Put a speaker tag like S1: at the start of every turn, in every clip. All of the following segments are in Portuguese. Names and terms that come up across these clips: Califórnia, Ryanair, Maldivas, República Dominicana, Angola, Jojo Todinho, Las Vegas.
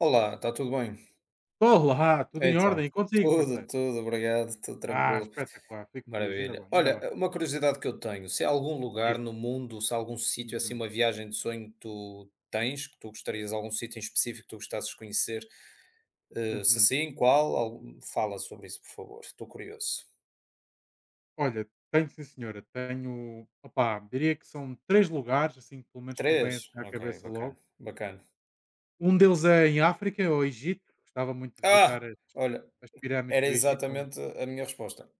S1: Olá, está tudo bem?
S2: Olá, tudo em
S1: Então,
S2: ordem e contigo, parceiro?
S1: tudo, obrigado, tudo
S2: Ah,
S1: tranquilo,
S2: espetacular, fico feliz, ainda bem,
S1: maravilha.
S2: ainda bem.
S1: Olha, uma curiosidade que eu tenho, se há algum lugar
S2: Diz-me.
S1: no mundo, se há algum sítio, assim,
S2: Uhum,
S1: uma viagem de sonho que tu tens, que tu gostarias, algum sítio em específico que tu gostasses de conhecer, se
S2: uhum.
S1: sim, qual? Fala sobre isso, por favor, estou curioso.
S2: Olha, tenho sim, senhora, tenho, opá, diria que são 3 lugares, assim, pelo menos que me vêm
S1: Três?
S2: assim à
S1: Ok,
S2: cabeça
S1: bacana,
S2: logo.
S1: bacana.
S2: Um deles é em África, ao Egito, gostava muito de
S1: Ah,
S2: visitar as,
S1: olha,
S2: as pirâmides
S1: era
S2: do Egito,
S1: exatamente a minha resposta.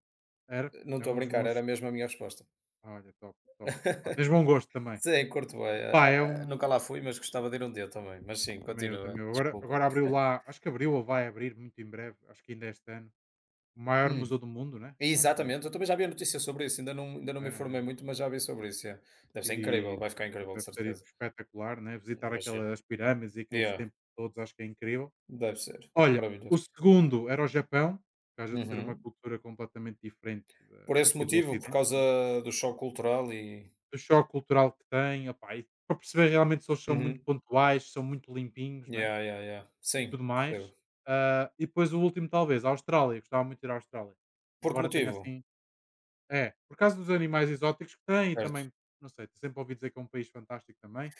S2: era,
S1: Não
S2: é
S1: estou a
S2: um dos
S1: brincar, era
S2: meus.
S1: mesmo a minha resposta.
S2: Olha, top, top. Pá, tens bom gosto também.
S1: Sim, curto bué.
S2: Pá, é um.
S1: Nunca lá fui, mas gostava de ir um dia também. Mas sim,
S2: Também eu,
S1: continua,
S2: também eu. Agora,
S1: desculpa.
S2: agora abriu lá, acho que abriu ou vai abrir muito em breve, acho que ainda este ano, o maior
S1: Hum,
S2: museu do mundo, né? Lá com.
S1: exatamente, eu também já vi a notícia sobre isso, ainda não
S2: É,
S1: me informei
S2: é, é.
S1: muito, mas já vi sobre isso, é. Deve ser incrível,
S2: E
S1: vai ficar incrível de
S2: deve ser
S1: certeza,
S2: espetacular, né? Visitar
S1: imagino.
S2: aquelas pirâmides e aqueles
S1: Yeah,
S2: templos todos, acho que é incrível.
S1: deve ser,
S2: Olha, o
S1: maravilhoso.
S2: segundo era o Japão, por causa de ser uma
S1: Uhum.
S2: cultura completamente diferente
S1: Por esse
S2: aqui do
S1: motivo, por
S2: Ocidente,
S1: causa
S2: né?
S1: do choque cultural e
S2: Do choque cultural que tem, opá, e para perceber realmente se eles são muito
S1: uhum.
S2: pontuais, são muito limpinhos, né?
S1: Yeah, yeah, yeah. Sim,
S2: Tudo mais.
S1: percebo.
S2: Ah, e depois o último, talvez, a Austrália. Eu gostava muito de ir à Austrália.
S1: Por que
S2: Embora tenha
S1: motivo?
S2: assim. É, por causa dos animais exóticos que tem e
S1: Certo.
S2: também, não sei, sempre ouvi dizer que é um país fantástico também.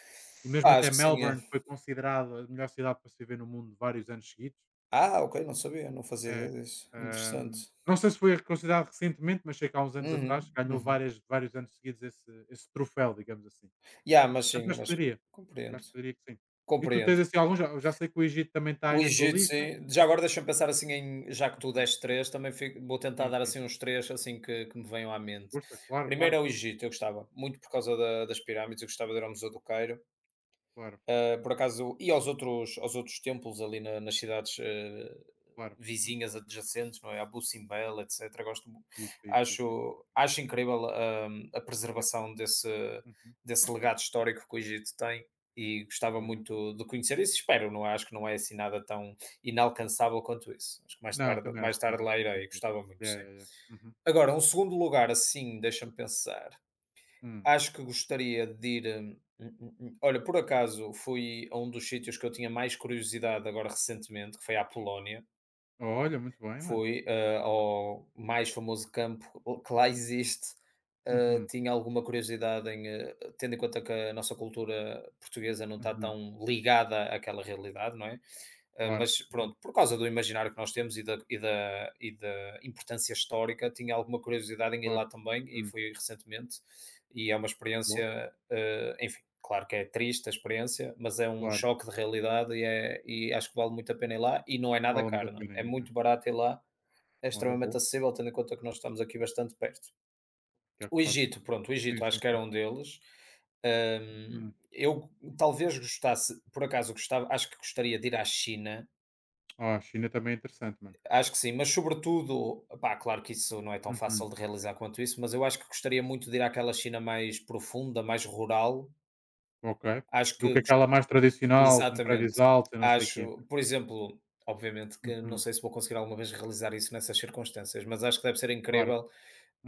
S2: E mesmo
S1: Ah,
S2: até
S1: acho que sim, é.
S2: Melbourne foi considerada a melhor cidade para se viver no mundo vários anos seguidos.
S1: Ah, ok, não sabia, não fazia
S2: É.
S1: ideia disso. Interessante.
S2: Não sei se foi considerado recentemente, mas sei que há uns anos atrás
S1: Uhum,
S2: ganhou
S1: uhum.
S2: vários anos seguidos esse troféu, digamos assim.
S1: Ya, mas
S2: Portanto,
S1: sim,
S2: acho que
S1: mas
S2: poderia. Acho
S1: compreendo,
S2: que poderia que sim. E tu tens
S1: compreendo.
S2: assim alguns, já sei que o Egito também está aí
S1: O
S2: na tua
S1: Egito,
S2: lista.
S1: sim. Já agora deixa-me pensar assim em, já que tu
S2: Uhum.
S1: deste três, também vou tentar
S2: Sim,
S1: dar
S2: sim,
S1: assim
S2: sim.
S1: uns três assim que me venham à mente.
S2: Força, claro, claro,
S1: Primeiro é o Egito, eu gostava, muito por causa das pirâmides, eu gostava de ir ao Museu do Cairo.
S2: claro.
S1: Por
S2: Uhum.
S1: acaso, e aos outros templos ali nas cidades
S2: Claro. Uhum.
S1: vizinhas adjacentes, não é? A Simbel etc. Gosto,
S2: Isso, isso, isso, isso. É
S1: acho
S2: fantástico.
S1: incrível um, a
S2: Yeah.
S1: preservação desse,
S2: Uhum.
S1: desse legado histórico que o Egito tem e gostava
S2: Oh, yeah.
S1: muito de conhecer isso. Espero, não é? Acho que não é assim nada tão inalcançável quanto isso. Acho que
S2: Não, também acho
S1: mais
S2: que não,
S1: tarde
S2: acho
S1: lá
S2: que é
S1: irei,
S2: tranquilo.
S1: gostava muito,
S2: Yeah,
S1: sim.
S2: yeah, yeah. Uhum.
S1: Agora, um segundo lugar, assim, deixa-me pensar.
S2: Hum.
S1: Acho que gostaria de ir, olha, por acaso fui a um dos sítios que eu tinha mais curiosidade agora recentemente, que foi à Polónia.
S2: Olha, muito bem, mano.
S1: Fui, ao mais famoso campo que lá existe.
S2: Uhum,
S1: Tinha alguma curiosidade em, tendo em conta que a nossa cultura portuguesa não está
S2: uhum.
S1: tão ligada àquela realidade, não é? Ah,
S2: Claro,
S1: mas
S2: uhum,
S1: pronto, por causa do imaginário que nós temos e da importância histórica, tinha alguma curiosidade em ir lá
S2: claro.
S1: também e
S2: Uhum.
S1: fui recentemente. E é uma
S2: Boa,
S1: experiência, enfim, claro que é triste a experiência, mas é um
S2: claro.
S1: choque de realidade e acho que vale muito a pena ir lá. E não é nada
S2: Vale muito a
S1: caro, não é?
S2: pena
S1: É
S2: ir, né?
S1: muito barato ir lá, é
S2: Olha,
S1: extremamente
S2: boa.
S1: acessível, tendo em conta que nós estamos aqui bastante perto.
S2: Que é
S1: O
S2: claro.
S1: Egito, pronto, o
S2: Sim,
S1: Egito
S2: sim,
S1: acho que era
S2: sim.
S1: um deles.
S2: Hum.
S1: Eu talvez gostasse, por acaso gostava, acho que gostaria de ir à China.
S2: Ah, a China também é interessante, mano.
S1: Acho que sim, mas sobretudo, pá, claro que isso não é tão
S2: Uhum.
S1: fácil de realizar quanto isso, mas eu acho que gostaria muito de ir àquela China mais profunda, mais rural.
S2: Ok.
S1: Acho
S2: Do que
S1: que
S2: aquela mais tradicional, com prédios
S1: exatamente.
S2: altos e não sei o quê.
S1: Acho, por exemplo, obviamente que não
S2: Uhum.
S1: sei se vou conseguir alguma vez realizar isso nessas circunstâncias, mas acho que deve ser
S2: Claro.
S1: incrível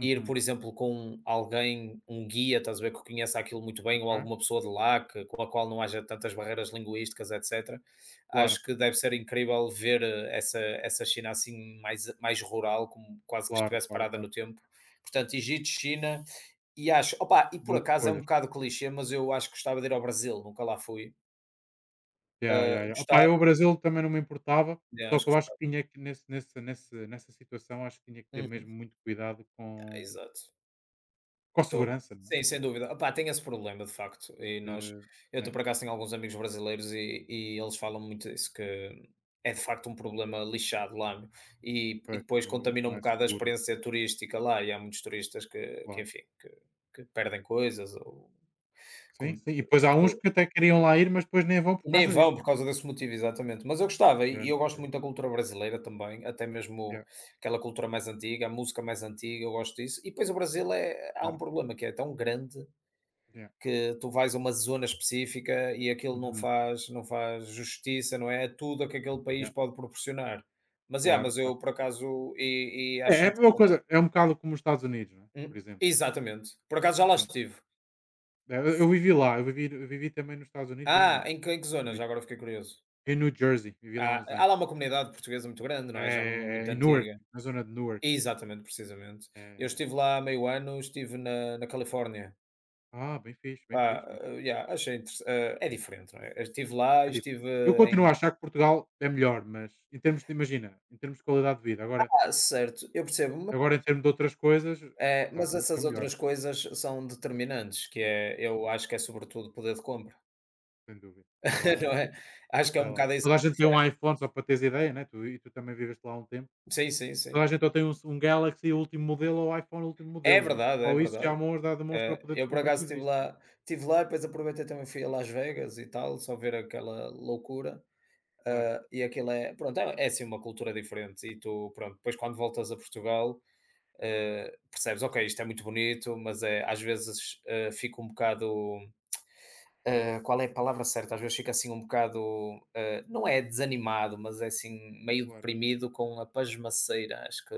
S1: ir, por exemplo, com alguém, um guia, estás a ver, que conheça aquilo muito bem, ou
S2: Ok.
S1: alguma pessoa de lá, que, com a qual não haja tantas barreiras linguísticas, etc.
S2: Claro,
S1: Acho que deve ser incrível ver essa China assim mais rural, como quase que
S2: claro,
S1: estivesse
S2: claro,
S1: parada
S2: claro.
S1: no tempo. Portanto, Egito, China, e acho, opa, e por
S2: Boa
S1: acaso é um
S2: escolha.
S1: bocado clichê, mas eu acho que gostava de ir ao Brasil, nunca lá fui.
S2: Ya, ya,
S1: Ah,
S2: ya. Opá,
S1: gostava,
S2: eu o Brasil também não me importava,
S1: né,
S2: só
S1: acho
S2: que
S1: que
S2: eu acho
S1: gostava.
S2: que tinha que nesse nesse nesse nessa situação, acho que tinha que ter mesmo
S1: Uhum,
S2: muito cuidado com
S1: exato.
S2: com a
S1: Estou
S2: segurança, não é?
S1: sim, sem dúvida. Opá, tem esse problema de facto
S2: Isso
S1: e
S2: ter,
S1: nós eu estou
S2: né,
S1: por acaso tenho alguns amigos brasileiros e eles falam muito isso, que é de facto um problema lixado lá, meu, e
S2: pois,
S1: depois
S2: não é
S1: contamina
S2: não
S1: um
S2: é
S1: bocado a
S2: seguro,
S1: experiência turística lá e há muitos turistas que
S2: claro.
S1: enfim, que perdem coisas ou
S2: Sim,
S1: como
S2: sim, e depois há uns que até queriam lá ir, mas depois nem vão por
S1: e nem
S2: causa disso.
S1: vão por causa desse motivo, exatamente. Mas eu gostava e
S2: Ya,
S1: e eu gosto
S2: ya,
S1: muito da cultura brasileira também, até mesmo
S2: ya,
S1: aquela cultura mais antiga, a música mais antiga, eu gosto disso. E depois o Brasil é há um
S2: claro,
S1: problema que é tão grande
S2: ya.
S1: que tu vais a uma zona específica e aquilo não
S2: Uhum,
S1: faz não faz justiça, não é, a tudo o que aquele país
S2: ya,
S1: pode proporcionar. Mas, yeah,
S2: claro,
S1: mas
S2: claro.
S1: eu por acaso e
S2: É
S1: acho
S2: a mesma
S1: interessante
S2: coisa, é um bocado como os Estados Unidos, não é, por exemplo.
S1: exatamente. Por acaso já lá
S2: Sim.
S1: estive.
S2: Eu vivi lá, eu vivi também nos Estados Unidos já
S1: Ah,
S2: no
S1: em que zona?
S2: no
S1: Já agora fiquei curioso.
S2: em New Jersey, vivi lá há uns
S1: Há
S2: anos.
S1: lá uma comunidade portuguesa muito grande, não
S2: É,
S1: é, já muito
S2: é, em Newark,
S1: antiga.
S2: na zona de Newark.
S1: Exatamente, precisamente. Eu
S2: Eh,
S1: estive lá há meio ano, estive na Califórnia.
S2: Bem fixe, bem
S1: Pá,
S2: fixe, mano.
S1: yeah, achei é diferente, não é? Eu estive lá
S2: É
S1: e estive
S2: diferente. Eu continuo
S1: em
S2: a achar que Portugal é melhor, mas em termos de qualidade de vida. Agora,
S1: ah, certo, eu percebo,
S2: agora em termos de outras coisas, os Estados
S1: mas
S2: Unidos
S1: essas
S2: são melhores,
S1: outras coisas são determinantes, que é
S2: né,
S1: eu acho que é sobretudo poder de compra,
S2: sem dúvida. Lá, é
S1: não
S2: só.
S1: é? Acho que é
S2: Sei
S1: um
S2: lá.
S1: bocado isso.
S2: Toda a gente tem um iPhone, só para teres ideia, né? E tu também viveste lá há um tempo.
S1: Sim, sim, sim.
S2: Toda a gente ou tem um Galaxy último modelo ou iPhone último
S1: É
S2: modelo, né?
S1: verdade, é
S2: Só isso
S1: verdade.
S2: já já demonstra o poder de
S1: Eu por
S2: compra que
S1: acaso estive
S2: existe, né?
S1: lá estive lá, depois aproveitei também fui a Las Vegas e tal, só ver aquela loucura.
S2: Claro.
S1: Ah, e aquilo é, pronto, é, é assim uma cultura diferente. E tu, pronto, depois quando voltas a Portugal,
S2: Uhum.
S1: percebes, ok, isto é muito bonito, mas é, às vezes fica um bocado.
S2: Yeah.
S1: Qual é a palavra certa? Às vezes fica assim um bocado. Não é desanimado, mas é assim meio
S2: Claro.
S1: deprimido com a pasmaceira. Acho que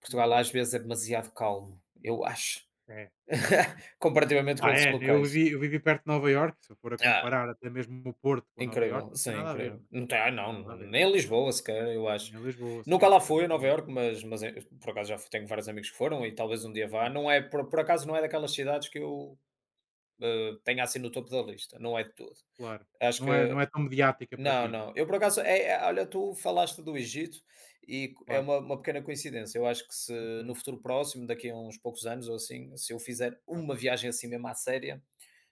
S1: Portugal
S2: Uhum.
S1: às vezes é demasiado calmo, eu acho,
S2: É, também acho que.
S1: comparativamente
S2: Ah,
S1: com
S2: Ah,
S1: outros
S2: é, né, eu
S1: locais.
S2: vivi eu vivi perto de Nova Iorque, se eu for a
S1: Ah,
S2: comparar até mesmo o Porto com Nova Iorque,
S1: incrível,
S2: não tem
S1: sim,
S2: nada a ver,
S1: incrível.
S2: né,
S1: Não tem, ah, não,
S2: nada a ver.
S1: nem em Lisboa sequer, eu acho.
S2: Nem Lisboa
S1: Nunca
S2: sequer,
S1: lá
S2: não tem
S1: fui
S2: nada
S1: a
S2: a
S1: Nova
S2: ver,
S1: Iorque, mas, mas por acaso já fui, tenho vários amigos que foram e talvez um dia vá.
S2: ah,
S1: Não é, por acaso não é daquelas cidades que eu tenha assim no topo da lista, não é de tudo.
S2: claro.
S1: Acho
S2: Não é não
S1: que,
S2: é tão mediática para
S1: não,
S2: ti, não é?
S1: não. Eu por acaso, é, olha, tu falaste do Egito e é
S2: Claro.
S1: uma pequena coincidência. Eu acho que se no
S2: Uhum,
S1: futuro próximo, daqui a uns poucos anos ou assim, se eu fizer
S2: claro.
S1: uma viagem assim mesmo à séria,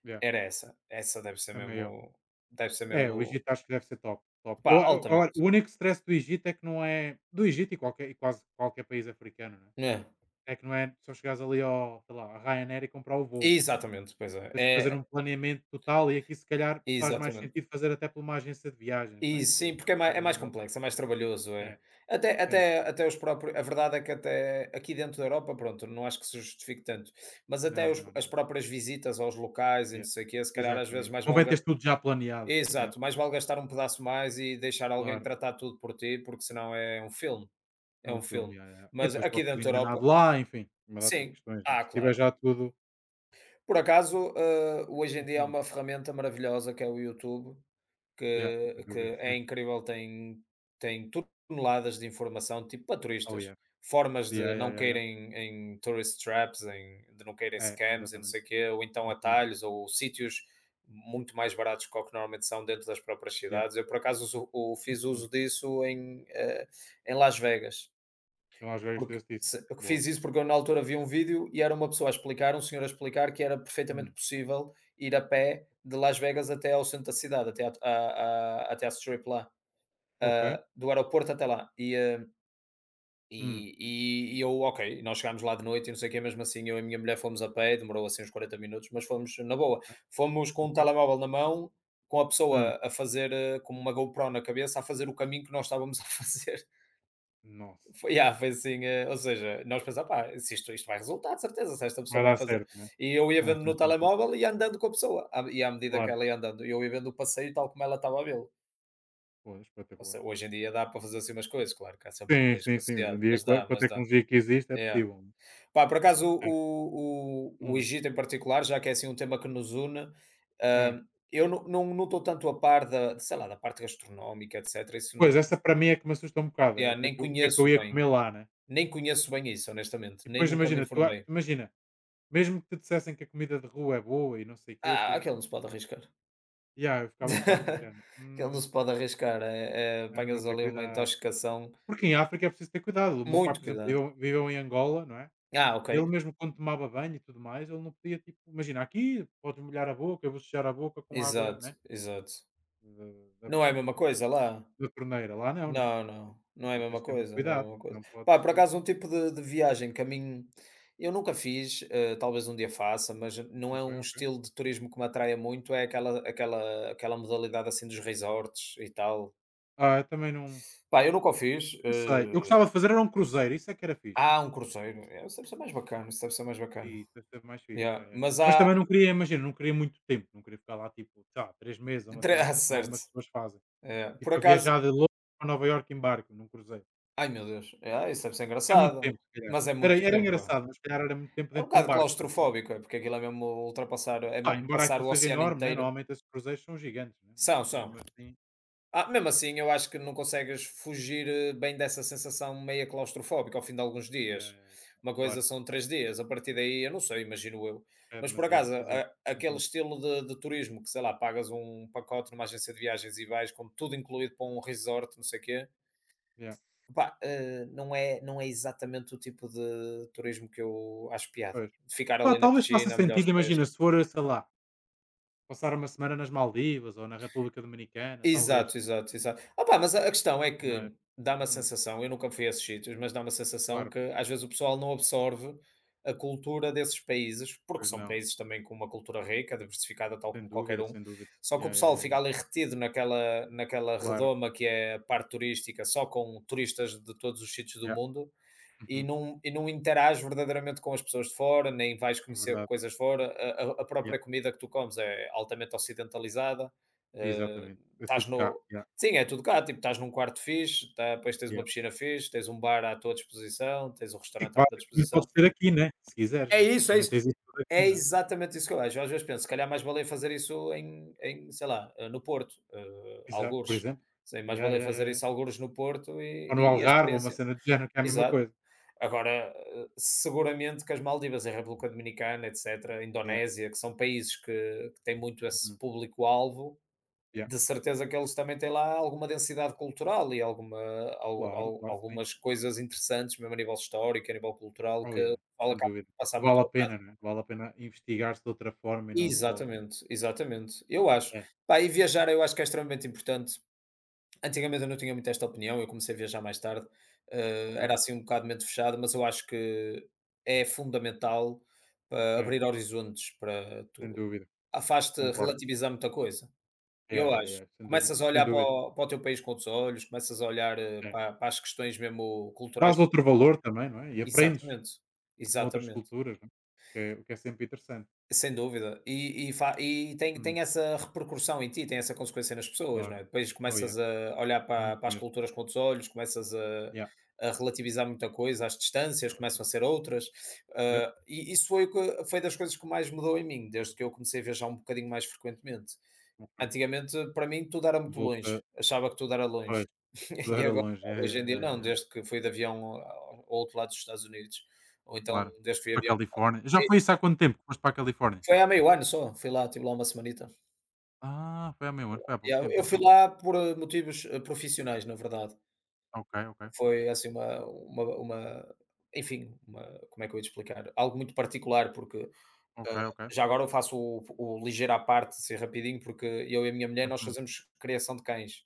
S2: Yeah,
S1: era essa. Essa
S2: também eu.
S1: deve ser
S2: É, o
S1: mesmo,
S2: Egito acho que deve ser top, top.
S1: pá,
S2: Eu olha,
S1: altamente.
S2: o único stress do Egito é que não é do Egito e qualquer e quase qualquer país africano, né,
S1: É,
S2: é que não é só chegares ali ao, sei lá, a Ryanair e comprar o voo, né?
S1: exatamente, pois é.
S2: Tens que fazer
S1: É,
S2: um planeamento total e aqui se calhar faz mais
S1: exatamente.
S2: sentido fazer até por uma agência de viagens, não é?
S1: E
S2: Que
S1: sim,
S2: até
S1: porque é mais é
S2: percebem
S1: mais
S2: melhor.
S1: complexo, é mais trabalhoso,
S2: É,
S1: é. Até
S2: é.
S1: até até os próprios a verdade é que até aqui dentro da Europa, pronto, não acho que se justifique tanto, mas até
S2: Não,
S1: os
S2: não,
S1: as
S2: não, não.
S1: próprias visitas aos locais e não
S2: Yeah.
S1: sei o quê, se calhar às vezes
S2: Exatamente.
S1: mais vale
S2: Convém
S1: ga
S2: teres tudo já planeado. Yeah.
S1: exato, mais vale gastar um pedaço mais e deixar alguém
S2: Claro,
S1: tratar tudo por ti, porque senão é um filme,
S2: é
S1: é
S2: um
S1: um
S2: filme.
S1: filme.
S2: Yeah, yeah. E
S1: Mas
S2: depois pode
S1: aqui
S2: ser
S1: dentro da
S2: enganado
S1: Europa
S2: lá, enfim, uma data de
S1: sim.
S2: questões, né?
S1: Ah,
S2: Se
S1: claro.
S2: tiver já tudo.
S1: Por acaso, hoje em dia há
S2: Uhum.
S1: uma ferramenta maravilhosa que é o YouTube,
S2: Yeah, sem
S1: que
S2: dúvida.
S1: é incrível, tem tem toneladas de informação, tipo, para
S2: Oh
S1: turistas,
S2: yeah.
S1: formas
S2: Yeah,
S1: de
S2: yeah,
S1: não
S2: yeah, yeah.
S1: caírem em tourist traps, de não caírem
S2: É,
S1: scams e não
S2: exatamente.
S1: sei o quê, ou então
S2: Uhum.
S1: atalhos ou sítios muito mais baratos que o que normalmente são dentro das próprias
S2: Yeah.
S1: cidades. Eu, por acaso, uso o fiz
S2: Uhum.
S1: uso disso em, em Las Vegas.
S2: Em Las Vegas
S1: Porque
S2: fizeste isso.
S1: eu
S2: Boa.
S1: fiz isso porque eu na altura vi um vídeo e era uma pessoa a explicar, um senhor a explicar que era perfeitamente
S2: Hum.
S1: possível ir a pé de Las Vegas até ao centro da cidade, até até à Strip lá,
S2: Ok.
S1: do aeroporto até lá. E,
S2: Hum.
S1: eu, ok, nós chegámos lá de noite e não sei o que, mesmo assim eu e a minha mulher fomos a pé, demorou assim uns 40 minutos, mas fomos na boa.
S2: Ok.
S1: Fomos com um
S2: Ok.
S1: telemóvel na mão, com a
S2: Ah.
S1: pessoa a fazer, com uma GoPro na cabeça, a fazer o caminho que nós estávamos a fazer.
S2: Nossa.
S1: Foi, yeah, foi assim, ou seja, nós pensamos, pá, se isto vai resultar, de certeza, se esta
S2: Vai
S1: pessoa vai
S2: dar
S1: fazer.
S2: certo, né?
S1: E eu ia vendo no telemóvel e ia andando com a pessoa, e à medida que
S2: Claro,
S1: ela ia andando, eu ia vendo o passeio tal como ela estava a vê-lo.
S2: pô,
S1: Ou
S2: espetacular.
S1: seja, hoje em dia dá para fazer assim umas coisas, claro que há sempre um
S2: Sim, sim,
S1: risco
S2: sim, hoje em
S1: associado,
S2: dia
S1: mas
S2: com a
S1: dá,
S2: com a
S1: mas dá.
S2: tecnologia que existe é
S1: É.
S2: possível. Né?
S1: Pá, por acaso
S2: É,
S1: o
S2: hum,
S1: Egito em particular, já que é assim um tema que nos une,
S2: é.
S1: ah, eu não estou tanto a par da, de, sei lá, da parte gastronómica, etc. Isso não,
S2: Pois, essa para mim é que me assusta um bocado,
S1: yeah, nem
S2: o que é que eu
S1: conheço
S2: ia
S1: bem,
S2: comer lá, né?
S1: nem conheço bem isso,
S2: E
S1: honestamente, nem
S2: depois
S1: nunca me
S2: imagina, tu a
S1: informei.
S2: imagina, mesmo que te dissessem que a comida de rua é boa e não sei o quê, tu
S1: Ah, aquele não se pode arriscar.
S2: yeah, eu ficava um bocado no género:
S1: Aquele não se pode arriscar,
S2: É melhor
S1: apanhas
S2: ter
S1: ali uma
S2: cuidado".
S1: intoxicação.
S2: Porque em África é preciso ter cuidado. O meu pai,
S1: Muito
S2: por exemplo,
S1: cuidado.
S2: viveu em Angola, não é?
S1: Ah, ok.
S2: Ele mesmo quando tomava banho e tudo mais, ele não podia, tipo, imagina, aqui podes molhar a boca, eu vou sujar a boca com água,
S1: Exato,
S2: né,
S1: exato.
S2: da da
S1: Não é a
S2: da
S1: mesma coisa lá?
S2: da torneira, lá não, né,
S1: Não, não. Não é a
S2: lá tens
S1: mesma
S2: de ter muito
S1: coisa, não é a
S2: cuidado,
S1: mesma coisa.
S2: não
S1: Pá,
S2: podes,
S1: por acaso um tipo de viagem que a mim eu nunca fiz, talvez um dia faça, mas não
S2: ok,
S1: é um
S2: ok.
S1: estilo de turismo que me atraia muito, é aquela modalidade, assim, dos resorts e tal.
S2: Ah, eu também não
S1: Pá, eu nunca o fiz,
S2: não sei, eu gostava de fazer era um cruzeiro, isso é que era fixe.
S1: ah, um cruzeiro. É, isso deve ser mais bacana, isso deve ser mais
S2: E
S1: bacana.
S2: isso, deve ser mais fixe, ya,
S1: Yeah,
S2: ya, ya.
S1: mas
S2: Mas
S1: há
S2: também não queria, imagina, não queria muito tempo, não queria ficar lá, tipo, sei lá, 3 meses ou uma
S1: tre
S2: cena
S1: ah,
S2: assim como
S1: certo.
S2: algumas pessoas fazem,
S1: É,
S2: tipo,
S1: por
S2: a
S1: acaso
S2: viajar de Londres para Nova Iorque em barco, num cruzeiro.
S1: ai meu Deus, ah, isso deve ser
S2: É muito
S1: engraçado,
S2: tempo se calhar.
S1: mas é
S2: Era
S1: muito
S2: era
S1: tempo, é.
S2: engraçado, mas se calhar era muito tempo
S1: É um
S2: dentro de um
S1: bocado
S2: barco, estás a ver?
S1: claustrofóbico, é, porque aquilo é mesmo
S2: Pá, embora
S1: passar
S2: aquilo
S1: o
S2: seja
S1: oceano
S2: enorme, né,
S1: inteiro.
S2: normalmente esses cruzeiros são gigantes, né, mas
S1: São, são.
S2: mesmo assim.
S1: Ah, mesmo assim eu acho que não consegues fugir, bem dessa sensação meia claustrofóbica ao fim de alguns
S2: Yeah, yeah,
S1: dias.
S2: yeah,
S1: Uma
S2: claro,
S1: coisa são 3 dias, a partir daí eu não sei, imagino eu.
S2: é
S1: Mas por
S2: demasiado,
S1: acaso,
S2: exato.
S1: a aquele
S2: Uhum,
S1: estilo de turismo que, sei lá, pagas um pacote numa agência de viagens e vais com tudo incluído para um resort, não sei o quê.
S2: yeah,
S1: Pá, não é exatamente o tipo de turismo que eu acho piada.
S2: pois.
S1: De ficar
S2: Pá,
S1: ali na
S2: talvez faça
S1: piscina, a molhar os
S2: sentido,
S1: pés.
S2: imagina, se for, sei lá, passar uma semana nas Maldivas ou na República Dominicana, talvez,
S1: Exato, exato, exato. Opá, mas a questão é
S2: mas
S1: que dá uma
S2: uhum,
S1: sensação, eu nunca fui a esses sítios, mas dá uma sensação
S2: claro,
S1: que às vezes o pessoal não absorve a cultura desses países, porque
S2: pois
S1: são
S2: não,
S1: países também com uma cultura rica, diversificada, tal
S2: sem
S1: como qualquer
S2: dúvida,
S1: um.
S2: sem dúvida.
S1: Só que o
S2: Yeah, yeah,
S1: pessoal
S2: yeah,
S1: fica
S2: yeah,
S1: ali retido naquela
S2: claro,
S1: redoma que é a parte turística, só com turistas de todos os sítios do
S2: yeah,
S1: mundo e
S2: uhum,
S1: não, e não interages verdadeiramente com as pessoas de fora, nem vais
S2: é
S1: conhecer
S2: verdade,
S1: coisas de fora. A
S2: yeah,
S1: própria comida que tu comes é altamente ocidentalizada. eh,
S2: exatamente, é
S1: estás
S2: tudo cá,
S1: no.
S2: yeah,
S1: Sim, é tudo cá. Tipo, estás num quarto fixe, tá, depois tens
S2: yeah.
S1: uma piscina fixe, tens um bar à tua disposição, tens um
S2: E que
S1: restaurante à tua
S2: basicamente pode
S1: disposição.
S2: ser aqui, né, se quiseres,
S1: É
S2: né,
S1: isso, é
S2: também
S1: isso.
S2: tens isso tudo aqui,
S1: É
S2: né?
S1: exatamente isso que eu acho. Eu às vezes penso, se calhar mais valia fazer isso em, em sei lá, no Porto,
S2: Exato, por
S1: algures.
S2: exemplo.
S1: Sim, mais
S2: Yeah,
S1: valia
S2: yeah, yeah,
S1: fazer
S2: yeah.
S1: isso algures no Porto
S2: Ou no
S1: e a
S2: Algarve, ou uma
S1: experiência.
S2: cena do género, que é a mesma
S1: Exato.
S2: coisa.
S1: Agora, seguramente que as Maldivas, a República Dominicana, etcétera, a
S2: Yeah.
S1: Indonésia, que são países que têm muito esse
S2: Uhum.
S1: público-alvo,
S2: Yeah.
S1: de certeza que eles também têm lá alguma densidade cultural e alguma,
S2: Claro, claro que sim.
S1: algumas coisas interessantes, mesmo a nível histórico, a nível cultural,
S2: Oh
S1: que o
S2: yeah,
S1: pessoal
S2: sem
S1: acaba
S2: dúvida.
S1: por
S2: Que
S1: passar
S2: vale
S1: muito.
S2: a pena, né, vale a pena investigar-se de outra forma e não só
S1: Exatamente, exatamente. Eu acho.
S2: é,
S1: Pá, e viajar eu acho que é extremamente importante. Antigamente eu não tinha muito esta opinião, eu comecei a viajar mais tarde,
S2: ok.
S1: era assim um bocado mente fechada, mas eu acho que é fundamental para
S2: É,
S1: abrir horizontes, para
S2: sem
S1: tu
S2: dúvida,
S1: ah,
S2: concordo.
S1: relativizar muita coisa.
S2: É,
S1: Eu acho.
S2: é, é, sem dúvida,
S1: Começas a
S2: sem
S1: olhar para
S2: dúvida.
S1: o, para o teu país com outros olhos, começas a olhar
S2: É.
S1: para, para as questões mesmo culturais.
S2: Dás outro valor também, não é, e aprendes
S1: Exatamente,
S2: com outras
S1: exatamente.
S2: culturas, não é, que é o que é sempre interessante.
S1: Sem dúvida, e fa e tem
S2: Hum,
S1: tem essa repercussão em ti, tem essa consequência nas pessoas, não
S2: claro.
S1: é? Depois
S2: Oh yeah,
S1: começas a olhar para
S2: muito
S1: para as
S2: mesmo.
S1: culturas com outros olhos, começas
S2: Yeah,
S1: a relativizar muita coisa, as distâncias
S2: é verdade.
S1: começam a ser outras,
S2: Yep,
S1: hã, e isso foi o que foi das coisas que mais mudou em mim, desde que eu comecei a viajar um bocadinho mais frequentemente.
S2: ok.
S1: Antigamente, para mim, tudo era muito
S2: Mudou-te
S1: longe, achava que tudo era
S2: pois,
S1: longe.
S2: tudo
S1: E
S2: era
S1: agora,
S2: longe. Yeah,
S1: hoje
S2: yeah,
S1: em dia
S2: yeah, yeah,
S1: não,
S2: yeah.
S1: desde que fui de avião ao ao outro lado dos Estados Unidos, ou então
S2: Claro.
S1: desde que fui
S2: Para
S1: de
S2: a
S1: avião
S2: Califórnia. Já foi isso há quanto tempo que foste para a Califórnia?
S1: foi há 1/2 ano só, fui lá, estive lá uma semanita.
S2: Ah, foi há meio ano, foi há pouco
S1: Yeah,
S2: tempo
S1: eu fui
S2: então.
S1: lá por motivos profissionais, na verdade.
S2: Ok, ok.
S1: Foi assim uma enfim, uma como é que eu ia te explicar? Algo muito particular, porque,
S2: Ok,
S1: eh,
S2: ok.
S1: já agora eu faço o ligeiro à parte, assim rapidinho, porque eu e a minha mulher nós
S2: Uhum.
S1: fazemos criação de cães.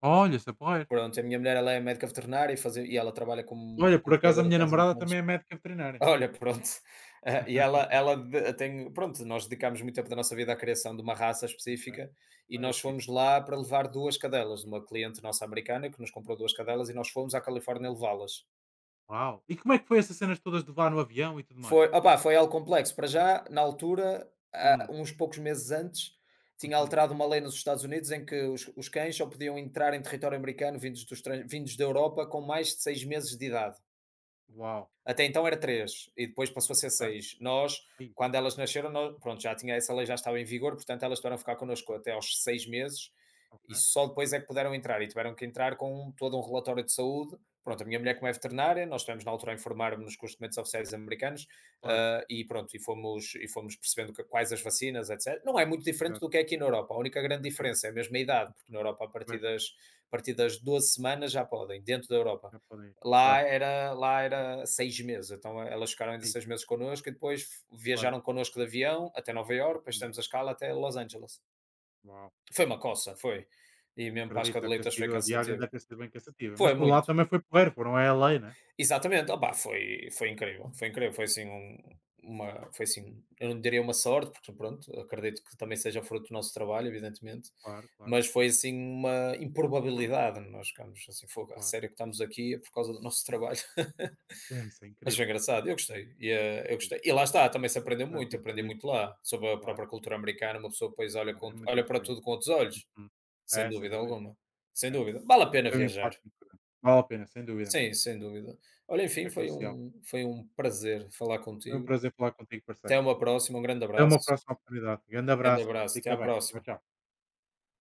S2: Olha, isso é porreiro.
S1: Pronto, a minha mulher ela é médica veterinária e ela trabalha como
S2: Olha, por
S1: como
S2: acaso a
S1: criadora de
S2: minha
S1: cães há
S2: namorada
S1: muitos anos.
S2: também é médica veterinária.
S1: Olha, pronto. Ah, e ela ela de tem pronto, nós dedicámos muito tempo da nossa vida à criação de uma raça
S2: Ok.
S1: específica e
S2: Olha
S1: nós
S2: que
S1: fomos
S2: fixe.
S1: lá para
S2: Uhum.
S1: levar 2 cadelas, de uma cliente nossa americana que nos comprou 2 cadelas e nós fomos à Califórnia levá-las.
S2: Uau! E como é que foi essas cenas todas de levar no avião e tudo mais?
S1: Foi opá, foi algo complexo. Para já, na altura, há
S2: Hum.
S1: uns poucos meses antes, tinha
S2: Uhum.
S1: alterado uma lei nos Estados Unidos em que os cães só podiam entrar em território americano vindos dos tran vindos da Europa com mais de 6 meses de idade.
S2: Uau!
S1: Até então era 3 e depois passou a ser
S2: Ok.
S1: 6. Nós,
S2: Aí.
S1: quando elas nasceram, pronto, já tinha essa lei, já estava em vigor, portanto elas tiveram a ficar connosco
S2: ah,
S1: até aos 6 meses
S2: Ok.
S1: e só depois é que puderam entrar e tiveram que entrar com todo um relatório de saúde. Pronto, a minha mulher,
S2: Ih,
S1: como é veterinária, nós tivemos na altura a informar-nos com os documentos oficiais americanos,
S2: claro.
S1: e pronto, e fomos percebendo quais as vacinas, etc. Não é muito diferente
S2: Exato.
S1: do que é aqui na Europa. A única grande
S2: Ok.
S1: diferença é mesmo a idade, porque na
S2: Hum.
S1: Europa,
S2: Pois,
S1: a partir das 12 semanas, já podem, dentro da Europa.
S2: já podem ir.
S1: Lá
S2: Claro.
S1: era lá era 6 meses, então elas ficaram ainda
S2: Aí.
S1: 6 meses connosco e depois
S2: Claro.
S1: viajaram connosco de avião até Nova Iorque, depois
S2: Uhum.
S1: fizemos a escala até Los Angeles.
S2: Uau!
S1: Foi uma coça, foi. E mesmo
S2: Acredito,
S1: Páscoa de Leitas foi cansativo.
S2: deve ter sido bem cansativa, mas
S1: Foi
S2: por lá
S1: muito.
S2: também foi porreiro, foram a LA, né.
S1: Exatamente, opá, foi incrível, foi incrível, foi assim um uma foi assim, eu não diria uma sorte, porque pronto, acredito que também seja fruto do nosso trabalho, evidentemente,
S2: Claro, claro,
S1: mas foi assim uma improbabilidade, nós ficámos assim: "Fogo, a
S2: claro.
S1: sério que estamos aqui é por causa do nosso trabalho?"
S2: É, isso é
S1: Mas foi
S2: incrível,
S1: engraçado, eu gostei. E,
S2: é
S1: eu gostei.
S2: fixe.
S1: E lá está, também se aprendeu
S2: Ah,
S1: muito,
S2: fico
S1: aprendi
S2: feliz,
S1: muito lá, sobre a
S2: claro,
S1: própria cultura americana, uma pessoa depois olha,
S2: claro, é
S1: com,
S2: muito
S1: olha para
S2: diferente.
S1: tudo com outros olhos,
S2: Uhum.
S1: sem
S2: É, sem
S1: dúvida
S2: dúvida,
S1: alguma. Sem
S2: é.
S1: dúvida. Vale a pena
S2: Tem um
S1: viajar.
S2: impacto muito grande. Vale a pena, sem dúvida, mano,
S1: Sim, sem dúvida. Olha, enfim,
S2: é crucial.
S1: foi um prazer falar
S2: Foi um
S1: contigo.
S2: prazer falar contigo, parceiro.
S1: Até uma próxima, um grande
S2: Até uma
S1: abraço.
S2: próxima oportunidade. Grande
S1: Grande
S2: abraço, pá,
S1: abraço, até
S2: fica
S1: à
S2: bem. Tchau,
S1: próxima.
S2: tchau.